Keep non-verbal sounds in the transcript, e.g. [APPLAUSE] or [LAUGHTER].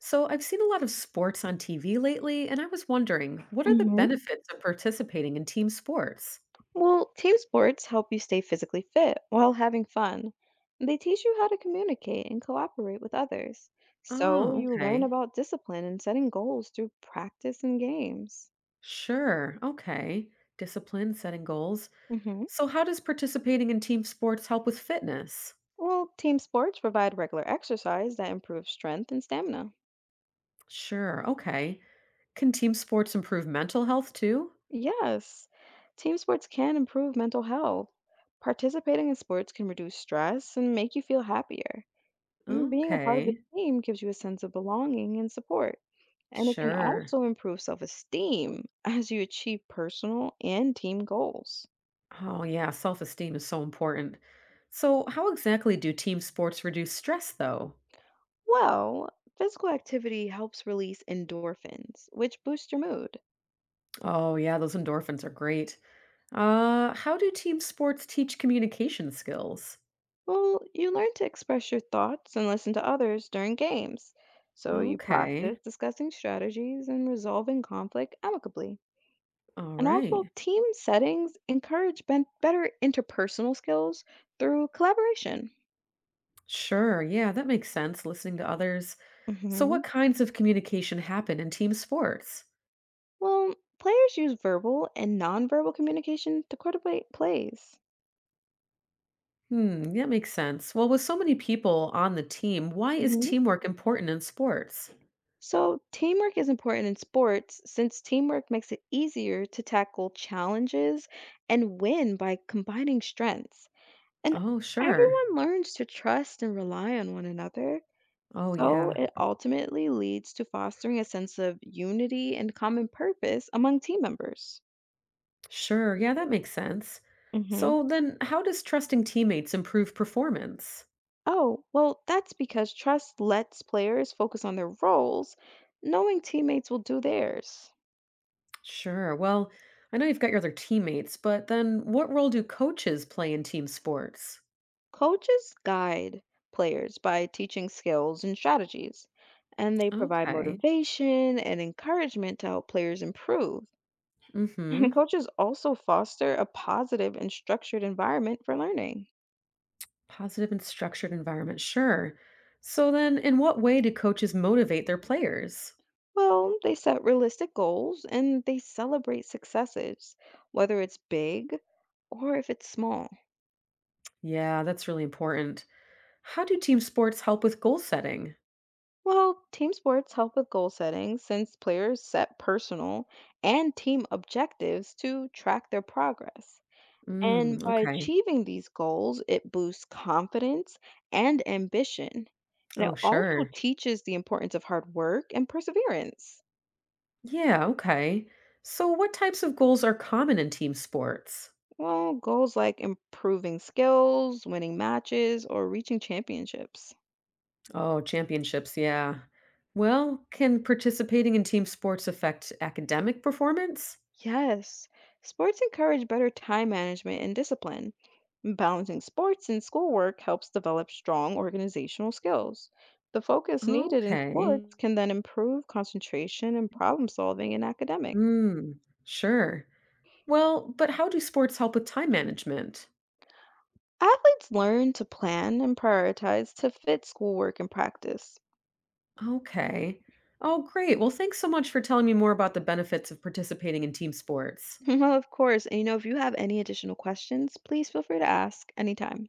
So, I've seen a lot of sports on TV lately, and I was wondering, what are the hmm benefits of participating in team sports? Well, team sports help you stay physically fit while having fun. They teach you how to communicate and cooperate with others. So Oh, you learn okay. about discipline and setting goals through practice and games. Sure. Okay. Discipline, setting goals. hmm So, how does participating in team sports help with fitness? Well, team sports provide regular exercise that improves strength and stamina. Sure. Okay. Can team sports improve mental health too? Yes, team sports can improve mental health. Participating in sports can reduce stress and make you feel happier. Being a part of the Okay. team gives you a sense of belonging and support, and it can Sure. also improve self esteem [LAUGHS] as you achieve personal and team goals. Oh, yeah. Self esteem is so important. So, how exactly do team sports reduce stress, though? Well, physical activity helps release endorphins, which boost your mood. Oh, yeah. Those endorphins are great. How do team sports teach communication skills? Well, you learn to express your thoughts and listen to others during games, so you practice Okay. discussing strategies and resolving conflict amicably. All And also, right. team settings encourage better interpersonal skills through collaboration. Sure. Yeah, that makes sense. Listening to others. So, Mhm. what kinds of communication happen in team sports? Well, players use verbal and nonverbal communication to coordinate plays. Hmm, that makes sense. Well, with so many people on the team, why is hmm teamwork important in sports? So, teamwork is important in sports since teamwork makes it easier to tackle challenges and win by combining strengths. And Oh, sure. everyone learns to trust and rely on one another. Oh, So, yeah. it ultimately leads to fostering a sense of unity and common purpose among team members. Sure. Yeah, that makes sense. hmm So, then how does trusting teammates improve performance? Oh, well, that's because trust lets players focus on their roles, knowing teammates will do theirs. Sure. Well, I know you've got your other teammates, but then what role do coaches play in team sports? Coaches guide players by teaching skills and strategies, and they provide Okay. motivation and encouragement to help players improve. And Mm-hmm. coaches also foster a positive and structured environment for learning. Positive and structured environment. Sure. So then in what way do coaches motivate their players? Well, they set realistic goals and they celebrate successes, whether it's big or if it's small. Yeah, that's really important. How do team sports help with goal setting? Well, team sports help with goal setting since players set personal and team objectives to track their progress. Mm, And by okay. achieving these goals, it boosts confidence and ambition. And it Oh, also sure. teaches the importance of hard work and perseverance. Yeah, okay. So what types of goals are common in team sports? Well, goals like improving skills, winning matches, or reaching championships. Oh, championships, yeah. Well, can participating in team sports affect academic performance? Yes, sports encourage better time management and discipline. Balancing sports and schoolwork helps develop strong organizational skills. The focus needed in Okay. sports can then improve concentration and problem solving in academics. Mm, sure. Well, but how do sports help with time management? Athletes learn to plan and prioritize to fit schoolwork and practice. Okay. Oh, great. Well, thanks so much for telling me more about the benefits of participating in team [LAUGHS] sports. Well, of course, and if you have any additional questions, please feel free to ask anytime.